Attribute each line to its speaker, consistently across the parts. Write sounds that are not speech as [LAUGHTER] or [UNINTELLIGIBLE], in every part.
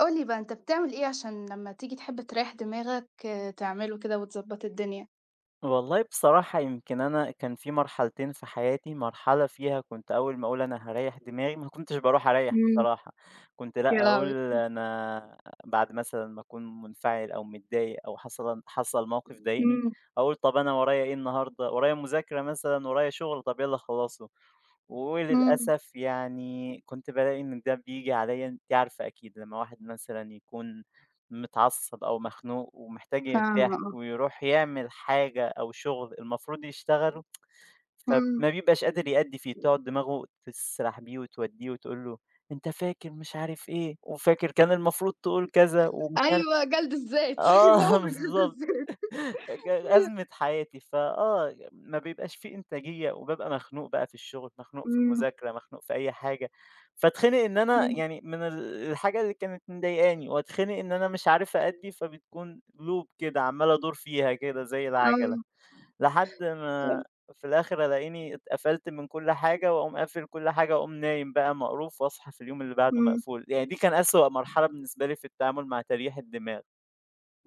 Speaker 1: قُل لي بقى أنت بتعمل إيه عشان لمّا تيجي تحب تريّح دماغك آه، تعمله كده وتضبّط الدنيا؟
Speaker 2: والله بصراحة يمكن أنا كان في مرحلتين في حياتي، مرحلة فيها كنت أول ما أقول أنا هاريّح دماغي ما كنتش باروح أريّح
Speaker 1: إمم،
Speaker 2: بصراحة، كنت لأ
Speaker 1: يا لهوي!
Speaker 2: أقول أنا بعد مثلًا ما أكون منفعل أو متضايق أو حصل موقف ضايقني،
Speaker 1: إمم،
Speaker 2: أقول طب أنا ورايا إيه النهارده، ورايا مذاكرة مثلًا، ورايا شغل، طب يالّا أخلّصه.
Speaker 1: إمم.
Speaker 2: وللأسف يعني كنت بالاقي إن ده بييجي عليَّ أنتِ عارفة أكيد لمّا واحد مثلًا يكون متعصب أو مخنوق ومحتاج
Speaker 1: فاهمة
Speaker 2: يرتاح
Speaker 1: آه،
Speaker 2: ويروح يعمل حاجة أو شغل المفروض يشتغله،
Speaker 1: إمم.
Speaker 2: فما بيبقاش قادر يأدّي فيه، تقعد دماغه تسرح بيه وتودّيه وتقول له: "أنت فاكر مش عارف إيه، وفاكر كان المفروض تقول كذا ومش عارف".
Speaker 1: أيوه جَلْد الذات
Speaker 2: آه
Speaker 1: [LAUGHS] هو
Speaker 2: [LAUGHS]
Speaker 1: جَلْد
Speaker 2: بالضبط.
Speaker 1: الذات. أيوه.
Speaker 2: أزمة حياتي، فآه ما بيبقاش في إنتاجية، وبابقى مخنوق بقى في الشغل، مخنوق في
Speaker 1: إمم،
Speaker 2: المذاكرة، مخنوق في أي حاجة، فاتخنق إن أنا
Speaker 1: إمم،
Speaker 2: يعني من الحاجة اللي كانت مضايقاني، واتخنق إن أنا مش عارف أأدّي، فبتكون loop كده عمّال أدور فيها كده زي العجلة،
Speaker 1: آه.
Speaker 2: لحد ما
Speaker 1: حلو.
Speaker 2: في الآخر ألاقيني اتقفلت من كل حاجة، وأقوم قافل كل حاجة، وأقوم نايم بقى مقروف، وأصحى في اليوم اللي بعده
Speaker 1: إمم.
Speaker 2: مقفول، يعني دي كان أسوأ مرحلة بالنسبة لي في التعامل مع تريح الدماغ.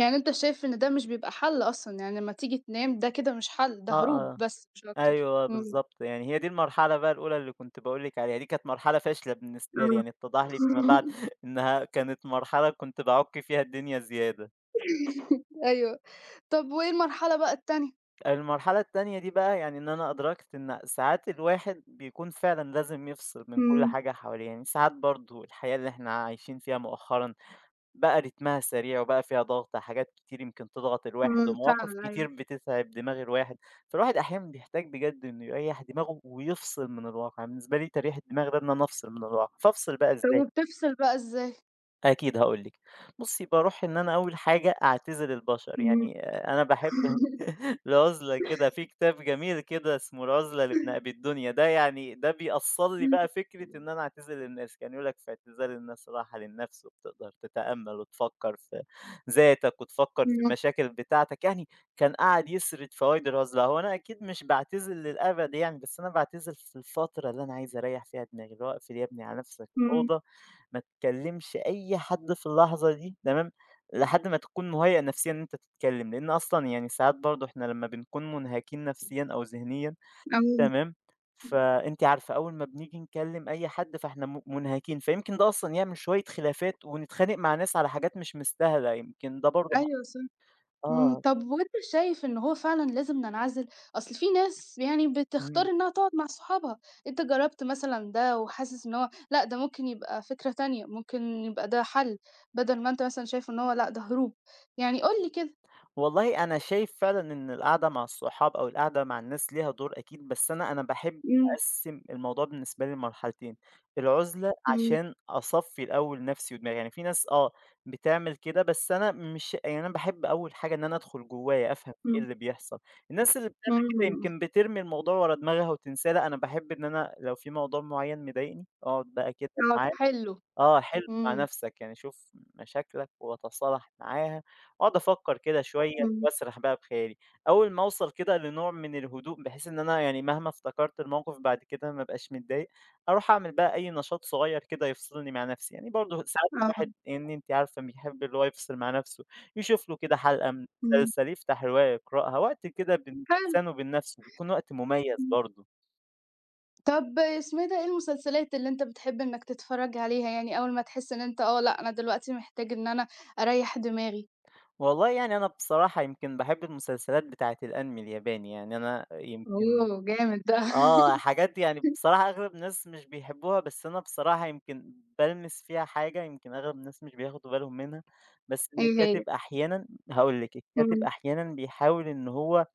Speaker 1: يعني أنت شايف إن ده مش بيبقى حَل أصلًا، يعني لمّا تيجي تنام ده كده مش حَل، ده
Speaker 2: آه،
Speaker 1: هروب
Speaker 2: آه.
Speaker 1: بس مش أكتر.
Speaker 2: أيوه
Speaker 1: إمم.
Speaker 2: بالضبط، يعني هي دي المرحلة بقى الأولى اللي كنت باقول لِك عليها، دي كانت مرحلة فاشلة بالنسبة لي،
Speaker 1: آه.
Speaker 2: يعني اتضح لي فيما بعد [LAUGHS] إنها كانت مرحلة كنت باعُك فيها الدنيا زيادة.
Speaker 1: [LAUGHS] أيوه. طَب وإيه المرحلة بقى التانية؟
Speaker 2: المرحلة التانية دي بقى يعني إن أنا أدركت إن ساعات الواحد بيكون فعلًا لازم يفصل من كل
Speaker 1: إمم،
Speaker 2: حاجة حواليه، يعني ساعات برضه الحياة اللي إحنا عايشين فيها مؤخرًا بقى رتمها سريع، وبقى فيها ضغط، حاجات كتير يمكن تضغط
Speaker 1: إمم،
Speaker 2: الواحد، ومواقف
Speaker 1: فعلًا
Speaker 2: كتير
Speaker 1: أيوه.
Speaker 2: بتتعب دماغ الواحد، فالواحد أحيانًا بيحتاج بجد إنه يريّح دماغه ويفصل من الواقع، بالنسبة لي تريح الدماغ ده إن أنا أفصل من الواقع، فافصل بقى
Speaker 1: طَب
Speaker 2: إزاي؟
Speaker 1: وبتفصل بقى إزاي؟
Speaker 2: أكيد هاقول لِك. بُصّي، باروح إن أنا أول حاجة أعتزل
Speaker 1: [LAUGHS]
Speaker 2: البشر،
Speaker 1: إمم.
Speaker 2: يعني أنا باحب [LAUGHS] العُزلة كده، في كتاب جميل كده اسمه العُزلة لابن أبي الدنيا، ده يعني ده بيأصّل لي بقى فكرة إن أنا أعتزل الناس، كان يقول لك: "في اعتزال الناس راحة للنفس، وبتقدر تتأمل وتفكّر في ذاتك، وتفكّر في
Speaker 1: إمم.
Speaker 2: المشاكل بتاعتك". يعني كان قعد يسرد فوايد العُزلة، هو أنا أكيد مش باعتزل للأبد يعني، بس أنا باعتزل في الفترة اللي أنا عايز أريّح فيها دماغي، اللي هو اقفل يا ابني على نفسك
Speaker 1: إمم.
Speaker 2: الأوضة ما تكلّمش أي حد في اللحظة دي تمام، لحد ما تكون مُهيأ نفسيًا إن أنت تتكلّم، لإن أصلًا يعني ساعات برضه إحنا لمّا بنكون منهكين نفسيًا أو ذهنيًا
Speaker 1: أيوه،
Speaker 2: تمام، فأنتِ عارفة أول ما بنيجي نكلّم أي حد فإحنا منهكين، فيمكن ده أصلًا يعمل شوية خلافات ونتخانق مع ناس على حاجات مش مستاهلة، يمكن ده برضه
Speaker 1: أيوه صح. إمم.
Speaker 2: آه،
Speaker 1: طب وأنت شايف إن هو فعلًا لازم ننعزل؟ أصل في ناس يعني بتختار
Speaker 2: إمم.
Speaker 1: إنها تقعد مع صحابها، أنت جرّبت مثلًا ده وحاسس إن هو لأ، ده ممكن يبقى فكرة تانية، ممكن يبقى ده حل، بدل ما أنت مثلًا شايف إن هو لأ، ده هروب، يعني قُل لي كده.
Speaker 2: والله أنا شايف فعلًا إن القعدة مع الصحاب أو القعدة مع الناس ليها دور أكيد، بس أنا باحب
Speaker 1: إمم.
Speaker 2: أقسّم الموضوع بالنسبة لي لمرحلتين، العُزلة
Speaker 1: إمم.
Speaker 2: عشان أصفّي الأول نَفْسي ودماغي، يعني في ناس آه بتعمل كده، بس أنا مش يعني أنا باحب أول حاجة إن أنا أدخل جوّايا أفهم إيه
Speaker 1: إمم.
Speaker 2: اللي بيحصل، الناس اللي بتعمل كده
Speaker 1: إمم.
Speaker 2: يمكن بترمي الموضوع ورا دماغها وتنساه، لأ أنا باحب إن أنا لو في موضوع معيّن مضايقني أقعد بقى كده
Speaker 1: آه،
Speaker 2: معاه
Speaker 1: تحلّه.
Speaker 2: آه، حِلْم مع
Speaker 1: إمم.
Speaker 2: نَفْسك، يعني شوف مشاكلك وتصالح معاها، واقعد أفكّر كده شوية
Speaker 1: إمم.
Speaker 2: وأسرح بقى بخيالي، أول ما أوصل كده لنوع من الهدوء بحيث إن أنا يعني مهما افتكرت الموقِف بعد كده ما أبقاش متضايق، أروح أعمل بقى أي نشاط صغيّر كده يفصلني مع نَفْسي، يعني برضه ساعات
Speaker 1: آه.
Speaker 2: الواحد يعني أنتِ عارفة بيحب اللي هو يفصل مع نَفْسه، يشوف له كده حلقة من
Speaker 1: إمم.
Speaker 2: مسلسل، يفتح رواية يقرأها، وقت كده بين
Speaker 1: حلو.
Speaker 2: الإنسان وبين نَفْسه، بيكون وقت مميز
Speaker 1: إمم.
Speaker 2: برضه.
Speaker 1: طب اسمه إيه ده، إيه المسلسلات اللي أنت بتحب إنك تتفرّج عليها يعني أول ما تحس إن أنت آه، لأ أنا دلوقتي محتاج إن أنا أريّح دماغي؟
Speaker 2: والله يعني أنا بصراحة يمكن باحب المسلسلات بتاعة الأنمي الياباني، يعني أنا يمكن
Speaker 1: أوه! جامد ده.
Speaker 2: آه، حاجات يعني
Speaker 1: [LAUGHS]
Speaker 2: بصراحة أغلب الناس مش بيحبوها، بس أنا بصراحة يمكن بالمِس فيها حاجة يمكن أغلب الناس مش بياخدوا بالهم منها، بس إن
Speaker 1: إيه هي؟
Speaker 2: الكاتب أحيانًا هاقول لِك، الكاتب
Speaker 1: إمم،
Speaker 2: أحيانًا بيحاول إن هو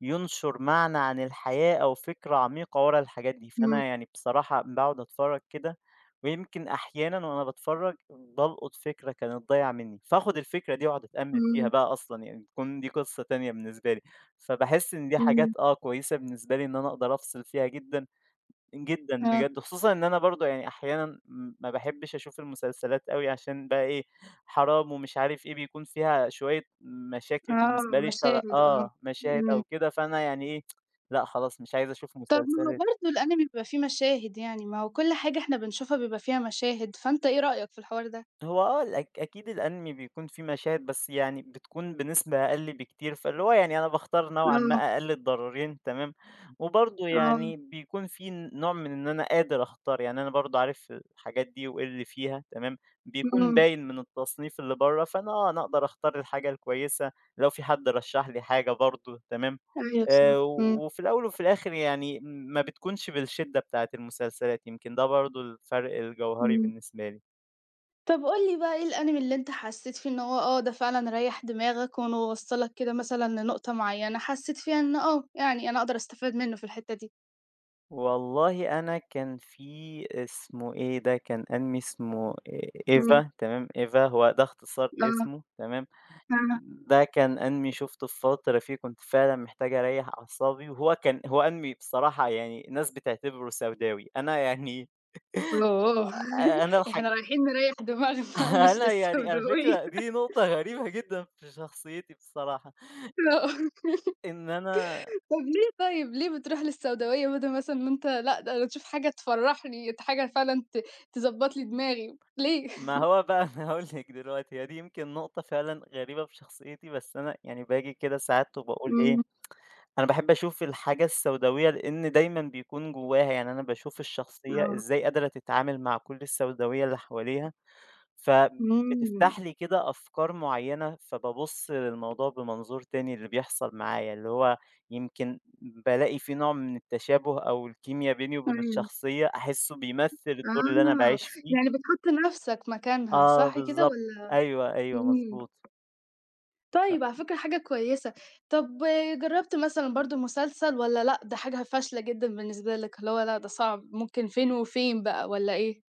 Speaker 2: يُنشُر معنى عن الحياة أو فكرة عميقة ورا الحاجات دي،
Speaker 1: إمم،
Speaker 2: فأنا يعني بصراحة باقعد أتفرّج كده، ويمكن أحيانًا وأنا باتفرّج بالقُط فكرة كانت ضايعة منّي، فآخُد الفكرة دي وأقعد أتأمّل فيها
Speaker 1: إمم،
Speaker 2: بقى أصلًا، يعني تكون دي قصة تانية بالنسبة لي، فباحس إن دي
Speaker 1: إمم.
Speaker 2: حاجات آه، كويسة بالنسبة لي إن أنا أقدر أفصل فيها جدًا جدًا
Speaker 1: آه.
Speaker 2: بجد، خصوصًا إن أنا برضه يعني أحيانًا ما باحبش أشوف المسلسلات أوي عشان بقى إيه، حرام ومش عارف إيه، بيكون فيها شوية مشاكل
Speaker 1: آه،
Speaker 2: بالنسبة لي
Speaker 1: مشاهد آه.
Speaker 2: آه، مشاهد
Speaker 1: إمم.
Speaker 2: أو كده، فأنا يعني إيه، لأ خلاص مش عايز أشوف
Speaker 1: طب ما هو
Speaker 2: مسلسلات.
Speaker 1: برضه الأنمي بيبقى فيه مشاهد يعني، ما هو كل حاجة إحنا بنشوفها بيبقى فيها مشاهد، فأنت إيه رأيك في الحوار ده؟
Speaker 2: هو آه، أكيد الأنمي بيكون فيه مشاهد بس يعني بتكون بنسبة أقل بكتير، فاللي هو يعني أنا باختار نوعًا ما
Speaker 1: آه،
Speaker 2: أقل الضررين تمام، وبرضه
Speaker 1: آه.
Speaker 2: يعني بيكون فيه نوع من إن أنا قادر أختار، يعني أنا برضه عارف الحاجات دي وإيه اللي فيها تمام، بيكون
Speaker 1: إمم.
Speaker 2: باين من التصنيف اللي برّه، فأنا آه، أنا أقدر أختار الحاجة الكويسة، لو في حد رشّح لي حاجة برضه تمام،
Speaker 1: أيوه صح. إمم،
Speaker 2: وفي الأول وفي الآخر يعني ما بتكونش بالشدة بتاعة المسلسلات، يمكن ده برضه الفرق الجوهري
Speaker 1: إمم.
Speaker 2: بالنسبة لي.
Speaker 1: طب قُل لي بقى إيه الأنمي اللي أنت حسّيت فيه إن هو آه، ده فعلًا ريّح دماغك وإنه وصّلك كده مثلًا لنقطة معيّنة، حسّيت فيها إن آه، يعني أنا أقدر أستفاد منه في الحتّة دي؟
Speaker 2: والله أنا كان في اسمه إيه ده، كان أنمي اسمه
Speaker 1: إمم،
Speaker 2: EVA تمام، EVA هو ده اختصار
Speaker 1: آه،
Speaker 2: لاسمه تمام،
Speaker 1: فاهمة.
Speaker 2: ده كان أنمي شُفته في فترة فيه كنت فعلًا محتاج أريّح أعصابي، وهو كان هو أنمي بصراحة يعني الناس بتعتبره سوداوي، أنا يعني
Speaker 1: أوه!
Speaker 2: أنا
Speaker 1: [LAUGHS]
Speaker 2: الحاج
Speaker 1: إحنا رايحين نريّح دماغنا [LAUGHS]
Speaker 2: [LAUGHS]
Speaker 1: مش
Speaker 2: أنا يعني على
Speaker 1: للسوداوية.
Speaker 2: فكرة دي نقطة غريبة جدًا في شخصيتي بصراحة،
Speaker 1: آه،
Speaker 2: إن أنا
Speaker 1: طب ليه طيب، ليه بتروح للسوداوية بدل مثلًا إن أنت لأ، ده أنا أشوف حاجة تفرّحني، حاجة فعلًا تضبّط لي دماغي، ليه؟
Speaker 2: ما هو بقى أنا هاقول لِك دلوقتي، هي دي يمكن نقطة فعلًا غريبة في شخصيتي، بس أنا يعني باجي كده ساعات وباقول إيه
Speaker 1: إمم،
Speaker 2: أنا باحب أشوف الحاجة السوداوية، لإن دايمًا بيكون جواها يعني أنا باشوف الشخصية
Speaker 1: آه،
Speaker 2: إزاي قادرة تتعامل مع كل السوداوية اللي حواليها،
Speaker 1: إمم،
Speaker 2: فبتفتح لي كده أفكار معيّنة، فبابُص للموضوع بمنظور تاني اللي بيحصل معايا، اللي هو يمكن بالاقي في نوع من التشابه أو الكيميا بيني وبين
Speaker 1: أيوه.
Speaker 2: الشخصية، أحسه بيمثل الدور اللي أنا
Speaker 1: آه،
Speaker 2: باعيش
Speaker 1: يعني
Speaker 2: فيه.
Speaker 1: بتحُط نَفْسك مكانها
Speaker 2: آه
Speaker 1: صح كده
Speaker 2: بالضبط،
Speaker 1: والّا
Speaker 2: أيوه، أيوه
Speaker 1: إمم،
Speaker 2: مضبوط.
Speaker 1: طيب على فكرة حاجة كويسة، طَب جرّبت مثلًا برضه مسلسل والّا لأ، ده حاجة فاشلة جدًا بالنسبة لك، اللي هو لأ ده صعب ممكن فين وفين بقى والّا إيه؟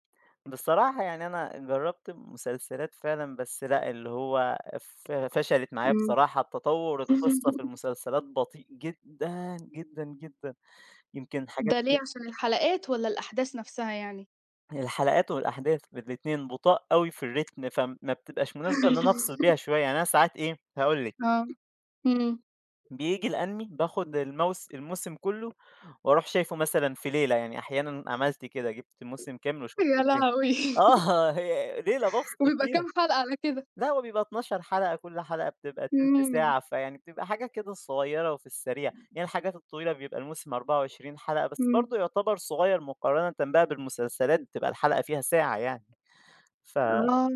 Speaker 2: بصراحة يعني أنا جرّبت مسلسلات فعلًا، بس لأ، اللي هو فشلت معايا
Speaker 1: إمم.
Speaker 2: بصراحة، تطوّر القصة في
Speaker 1: [LAUGHS]
Speaker 2: المسلسلات بطيء جدًا، جدًا، جدًا، يمكن حاجات
Speaker 1: ده ليه عشان الحلقات والّا الأحداث نَفْسها يعني؟
Speaker 2: الحلقات والأحداث الاتنين بطاء أوي في الريتم، فما بتبقاش مناسبة إن أنا أفصل بيها شوية، يعني أنا ساعات إيه، هاقول لِك،
Speaker 1: آه، إمم.
Speaker 2: بييجي الأنمي باخد الموسم كلّه وأروح شايفه مثلًا في ليلة، يعني أحيانًا عملت كده، جِبت موسم كامل
Speaker 1: يا
Speaker 2: وشُفته فين
Speaker 1: لهوي!
Speaker 2: آه،
Speaker 1: [LAUGHS]
Speaker 2: [LAUGHS] هي ليلة بافصل
Speaker 1: وبيبقى كام
Speaker 2: فيها.
Speaker 1: حلقة على كده؟
Speaker 2: لأ، هو بيبقى 12 حلقة، كل حلقة بتبقى تِلْت
Speaker 1: إمم،
Speaker 2: ساعة، فيعني بتبقى حاجة كده صغيّرة وفي السريع، يعني الحاجات الطويلة بيبقى الموسم 24 حلقة، بس
Speaker 1: إمم.
Speaker 2: برضه يُعتبر صغيّر مقارنةً بقى بالمسلسلات بتبقى الحلقة فيها ساعة يعني، ف
Speaker 1: آه،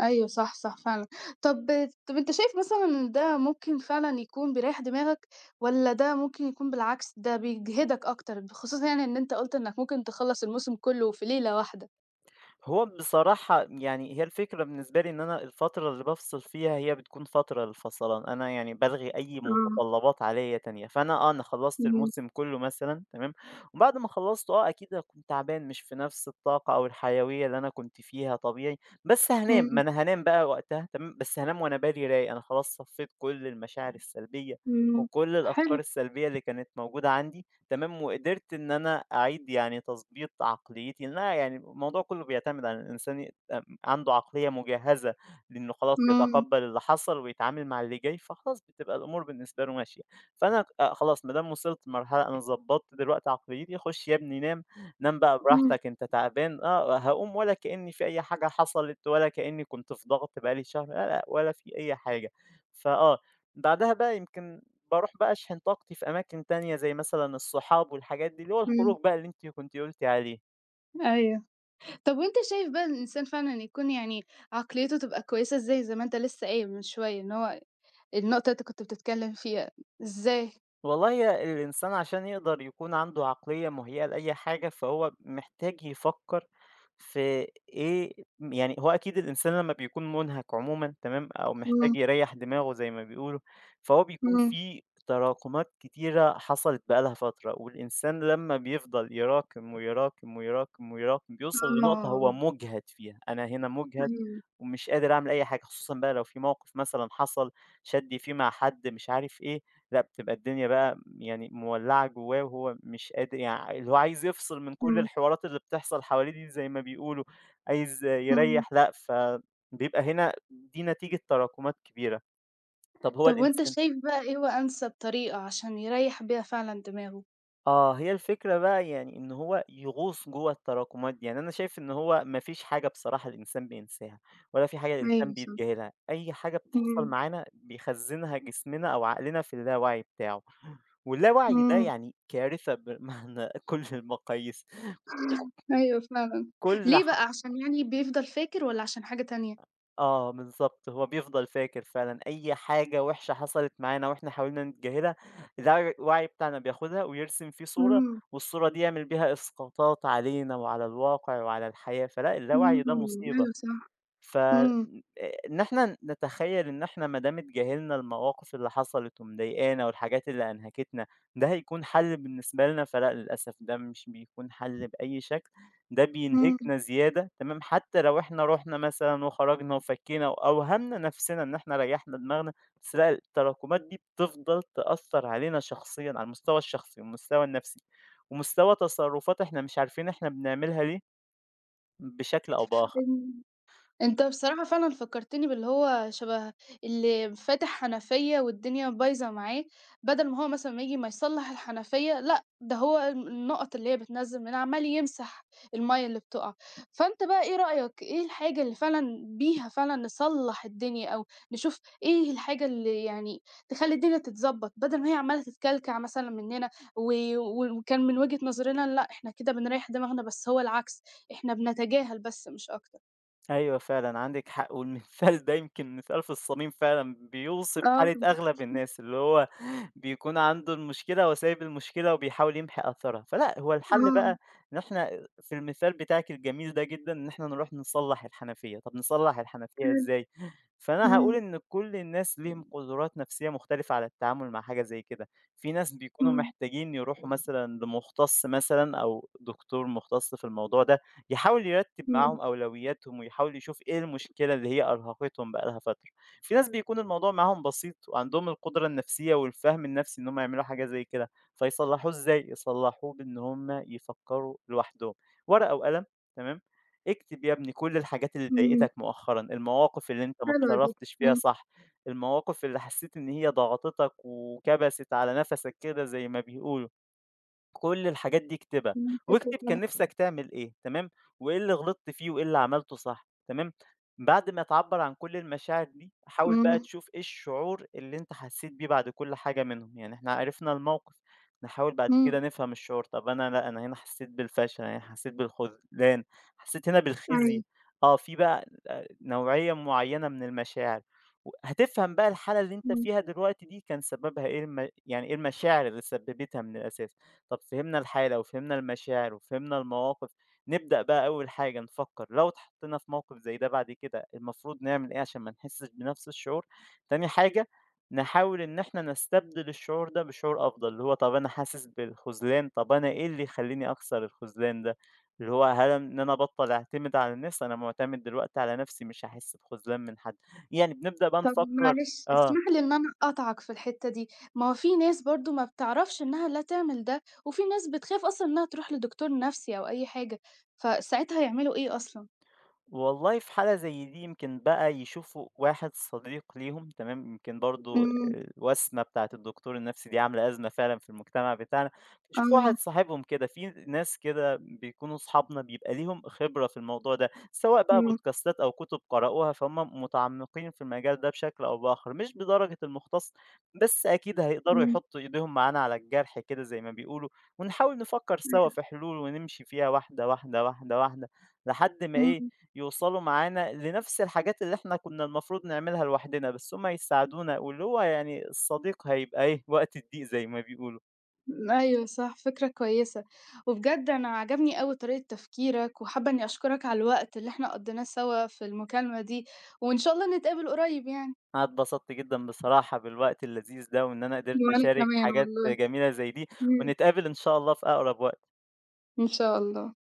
Speaker 1: أيوه صح، صح فعلًا. طب طب أنت شايف مثلًا إن ده ممكن فعلًا يكون بيريّح دماغك والّا ده ممكن يكون بالعكس ده بيجهدك أكتر، خصوصًا يعني إن أنت قُلت إنك ممكن تخلّص الموسم كلّه في ليلة واحدة؟
Speaker 2: هو بصراحة يعني هي الفكرة بالنسبة لي إن أنا الفترة اللي بافصل فيها هي بتكون فترة للفصلان، أنا يعني بالغي أي
Speaker 1: آه،
Speaker 2: متطلبات عليّا تانية، فأنا آه أنا خلّصت
Speaker 1: إمم،
Speaker 2: الموسم كلّه مثلًا تمام، وبعد ما خلّصته آه أكيد هاكون تعبان مش في نفس الطاقة أو الحيوية اللي أنا كنت فيها طبيعي، بس هانام،
Speaker 1: إمم،
Speaker 2: ما أنا هانام بقى وقتها تمام، بس هانام وأنا بالي رايق، أنا خلاص صفيت كل المشاعر السلبية
Speaker 1: إمم،
Speaker 2: وكل
Speaker 1: حلو،
Speaker 2: الأفكار السلبية اللي كانت موجودة عندي، تمام، وقدرت إن أنا أعيد يعني تضبيط عقليتي، لأن أنا يعني الموضوع كلّه بيعتمد على ان الإنسان عنده عقلية مجهّزة لإنه خلاص
Speaker 1: إمم،
Speaker 2: يتقبّل اللي حصل ويتعامل مع اللي جاي، فخلاص بتبقى الأمور بالنسبة له ماشية. فأنا خلاص ما دام وصلت لمرحلة أنا ضبّطت دلوقتي عقليتي، خُش يا ابني نام، نام بقى
Speaker 1: إمم،
Speaker 2: براحتك أنت تعبان آه، هاقوم ولا كإن في أي حاجة حصلت ولا كإني كنت في ضغط بقى لي شهر، لا، لأ، ولا في أي حاجة. فآه، بعدها بقى يمكن باروح بقى أشحن طاقتي في أماكن تانية زي مثلًا الصحاب والحاجات دي، اللي هو
Speaker 1: إمم،
Speaker 2: الخروج بقى اللي أنتِ كنتِ قُلتِ عليه.
Speaker 1: أيوه. طب وأنت شايف بقى الإنسان فعلًا يكون يعني عقليته تبقى كويسة إزاي زي ما أنت لسه قايل من شوية إن هو النقطة اللي أنت كنت بتتكلّم فيها، إزاي؟
Speaker 2: والله هي الإنسان عشان يقدر يكون عنده عقلية مهيئة لأي حاجة فهو محتاج يفكر في إيه، يعني هو أكيد الإنسان لما بيكون منهك عموما تمام أو
Speaker 1: إمم،
Speaker 2: محتاج يريح دماغه زي ما بيقولوا، فهو بيكون
Speaker 1: إمم،
Speaker 2: في تراكمات كتيرة حصلت بقالها فترة، والإنسان لما بيفضل يراكم ويراكم ويراكم ويراكم بيوصل لنقطة هو
Speaker 1: آه.
Speaker 2: مجهد فيها، أنا هنا مجهد
Speaker 1: أيوه،
Speaker 2: ومش قادر أعمل أي حاجة خصوصا بقى لو في موقف مثلا حصل شدي فيه مع حد مش عارف إيه، لأ بتبقى الدنيا بقى يعني مولّعة جوّاه وهو مش قادر اللي هو عايز يفصل من كل
Speaker 1: إمم،
Speaker 2: الحوارات اللي بتحصل حواليه دي زي ما بيقولوا، عايز
Speaker 1: إمم.
Speaker 2: يريّح لأ، فبيبقى هنا دي نتيجة تراكمات كبيرة. طب هو
Speaker 1: طب وأنت
Speaker 2: الإنسان
Speaker 1: شايف بقى إيه هو أنسب طريقة عشان يريّح بيها فعلًا دماغه؟
Speaker 2: آه، هي الفكرة بقى يعني إن هو يغوص جوّه التراكمات دي، يعني أنا شايف إن هو ما فيش حاجة بصراحة الإنسان بينساها، ولا في حاجة الإنسان
Speaker 1: أيوه صح،
Speaker 2: بيتجاهلها، أي حاجة بتحصل
Speaker 1: إمم،
Speaker 2: معانا بيخزّنها جسمنا أو عقلنا في اللاوعي بتاعه، واللاوعي ده
Speaker 1: إمم.
Speaker 2: يعني كارثة بمعنى [LAUGHS] كل المقاييس،
Speaker 1: أيوه فعلًا،
Speaker 2: كل
Speaker 1: ليه بقى عشان يعني بيفضل فاكر والّا عشان حاجة تانية؟
Speaker 2: آه، بالضبط، هو بيفضل فاكر فعلًا أي حاجة وِحشة حصلت معانا وإحنا حاولنا نتجاهلها، الوعي بتاعنا بياخدها ويرسم فيه صورة،
Speaker 1: إمم،
Speaker 2: والصورة دي يعمل بيها إسقاطات علينا وعلى الواقع وعلى الحياة، فلأ
Speaker 1: إمم،
Speaker 2: اللاوعي ده مصيبة.
Speaker 1: أيوه صح،
Speaker 2: ف
Speaker 1: إمم،
Speaker 2: إن إحنا نتخيّل إن إحنا ما دام اتجاهلنا المواقف اللي حصلت ومضايقانا والحاجات اللي أنهكتنا، ده هيكون حل بالنسبة لنا، فلأ للأسف ده مش بيكون حل بأي شكل، ده
Speaker 1: إمم.
Speaker 2: بينهكنا زيادة تمام، حتى لو إحنا رُحنا مثلًا وخرجنا وفكينا وأوهمنا نفسنا إن إحنا ريّحنا دماغنا، بس لأ التراكمات دي بتفضل تأثّر علينا شخصيًا، على المستوى الشخصي والمستوى النفسي، ومستوى تصرفات إحنا مش عارفين إحنا بنعملها ليه بشكل أو بآخر.
Speaker 1: [UNINTELLIGIBLE] أنت بصراحة فعلًا فكّرتني باللي هو شبه اللي فاتح حنفية والدنيا بايظة معاه، بدل ما هو مثلًا ما ييجي ما يصلّح الحنفية، لأ ده هو النقط اللي هي بتنزّل منها عمّال يمسح المَيّة اللي بتُقع. فأنت بقى إيه رأيك، إيه الحاجة اللي فعلًا بيها فعلًا نصلّح الدنيا أو نشوف إيه الحاجة اللي يعني تخلّي الدنيا تتضبّط، بدل ما هي عمّالة تتكلكع مثلًا مننا و و وكان من وجهة نظرنا لأ إحنا كده بنريّح دماغنا، بس هو العكس، إحنا بنتجاهل بس مش أكتر.
Speaker 2: أيوه فعلًا عندِك حق، والمثال ده يمكن مثال في الصميم فعلًا، بيوصف
Speaker 1: آه.
Speaker 2: حالة أغلب الناس، اللي هو بيكون عنده المشكلة وسايب المشكلة وبيحاول يمحي أثرها، فلأ هو الحل
Speaker 1: آه،
Speaker 2: بقى إن إحنا في المثال بتاعِك الجميل ده جدًا، إن إحنا نروح نصلّح الحنفية، طب نصلّح الحنفية
Speaker 1: حلو،
Speaker 2: إزاي؟ فأنا
Speaker 1: إمم،
Speaker 2: هاقول إن كل الناس ليهم قدرات نفسية مختلفة على التعامل مع حاجة زي كده، في ناس بيكونوا
Speaker 1: إمم،
Speaker 2: محتاجين يروحوا مثلًا لمُختص مثلًا أو دكتور مُختص في الموضوع ده. يحاول يرتب
Speaker 1: إمم،
Speaker 2: معاهم أولوياتهم، ويحاول يشوف إيه المشكلة اللي هي أرهقتهم بقى لها فترة. في ناس بيكون الموضوع معاهم بسيط، وعندهم القدرة النفسية والفهم النفسي إن هم يعملوا حاجة زي كده، فيصلحوه إزاي؟ يصلحوه بإن هم يفكروا لوحدهم، ورقة وقلم تمام، اكتب يا ابني كل الحاجات اللي
Speaker 1: إمم،
Speaker 2: ضايقتك مؤخرًا، المواقف اللي أنت ما
Speaker 1: حلوة دي،
Speaker 2: اتصرفتش فيها
Speaker 1: إمم،
Speaker 2: صح، المواقف اللي حسيت إن هي ضغطتك وكبست على نفسك كده زي ما بيقولوا. كل الحاجات دي اكتبها،
Speaker 1: إمم، فكرة
Speaker 2: واكتب كان
Speaker 1: حلوة،
Speaker 2: نِفْسك تعمل إيه، تمام، وإيه اللي غلطت فيه وإيه اللي عملته صح، تمام، بعد ما تعبّر عن كل المشاعر دي، حاول بقى
Speaker 1: إمم،
Speaker 2: تشوف إيه الشعور اللي أنت حسّيت بيه بعد كل حاجة منهم، يعني إحنا عرفنا الموقف، نحاول بعد
Speaker 1: إمم،
Speaker 2: كده نفهم الشعور، طَب أنا لأ، أنا هنا حسّيت بالفشل، أنا هنا حسّيت بالخذلان، حسّيت هنا
Speaker 1: أيوه،
Speaker 2: بالخزي، آه، في بقى نوعية معيّنة من المشاعر، و هتفهم بقى الحالة اللي أنت
Speaker 1: إمم،
Speaker 2: فيها دلوقتي دي كان سببها إيه يعني إيه المشاعر اللي سبّبتها من الأساس. طب فهمنا الحالة وفهمنا المشاعر وفهمنا المواقف، نبدأ بقى أول حاجة نفكّر لو اتحطينا في موقف زي ده بعد كده المفروض نعمل إيه عشان ما نحسّش بنفْس الشعور، تاني حاجة نحاول إن إحنا نستبدل الشعور ده بشعور أفضل، اللي هو طب أنا حاسس بالخذلان، طب أنا إيه اللي يخلّيني أكسر الخذلان ده، اللي هو هل إن أنا أبطّل أعتمد على الناس، أنا مُعتمد دلوقتي على نفْسي مش هاحس بخذلان من حد، يعني بنبدأ بقى
Speaker 1: طب
Speaker 2: نفكّر
Speaker 1: معلش
Speaker 2: آه.
Speaker 1: اسمح لي إن أنا أقاطعك في الحتة دي، ما هو في ناس برضه ما بتعرفش إنها لا تعمل ده، وفي ناس بتخاف أصلًا إنها تروح لدكتور نفسي أو أي حاجة، فساعتها يعملوا إيه أصلًا؟
Speaker 2: والله في حالة زي دي يمكن بقى يشوفوا واحد صديق ليهم تمام يمكن برضو
Speaker 1: إمم،
Speaker 2: الوسمة بتاعة الدكتور النفسي دي عاملة أزمة فعلا في المجتمع بتاعنا، يشوفوا
Speaker 1: آه،
Speaker 2: واحد صاحبهم كده في ناس كده بيكونوا أصحابنا بيبقى ليهم خبرة في الموضوع ده سواء بقى
Speaker 1: إمم،
Speaker 2: بودكاستات أو كتب قرأوها فهم متعمقين في المجال ده بشكل أو بآخر مش بدرجة المختص، بس أكيد هيقدروا
Speaker 1: إمم،
Speaker 2: يحطوا إيديهم معانا على الجرح كده زي ما بيقولوا، ونحاول نفكر سوا
Speaker 1: أيوه،
Speaker 2: في حلول ونمشي فيها واحدة لحد ما إيه
Speaker 1: إمم.
Speaker 2: يوصلوا معانا لنفس الحاجات اللي إحنا كنا المفروض نعملها لوحدنا، بس هُم هيساعدونا واللي هو يعني الصديق هيبقى إيه، [LAUGHS] وقت الضيق زي ما بيقولوا.
Speaker 1: أيوه صح، فكرة كويسة، وبجد أنا عجبني أوي طريقة تفكيرك، وحابة إني أشكرك على الوقت اللي إحنا قضيناه سوا في المكالمة دي، وإن شاء الله نتقابل قريب يعني.
Speaker 2: أنا اتبسطت جدًا بصراحة بالوقت اللذيذ ده، وإن أنا قدرت
Speaker 1: وأنا
Speaker 2: أشارك
Speaker 1: كمان
Speaker 2: حاجات
Speaker 1: والله،
Speaker 2: جميلة زي دي،
Speaker 1: إمم.
Speaker 2: ونتقابل إن شاء الله في أقرب وقت.
Speaker 1: إن شاء الله.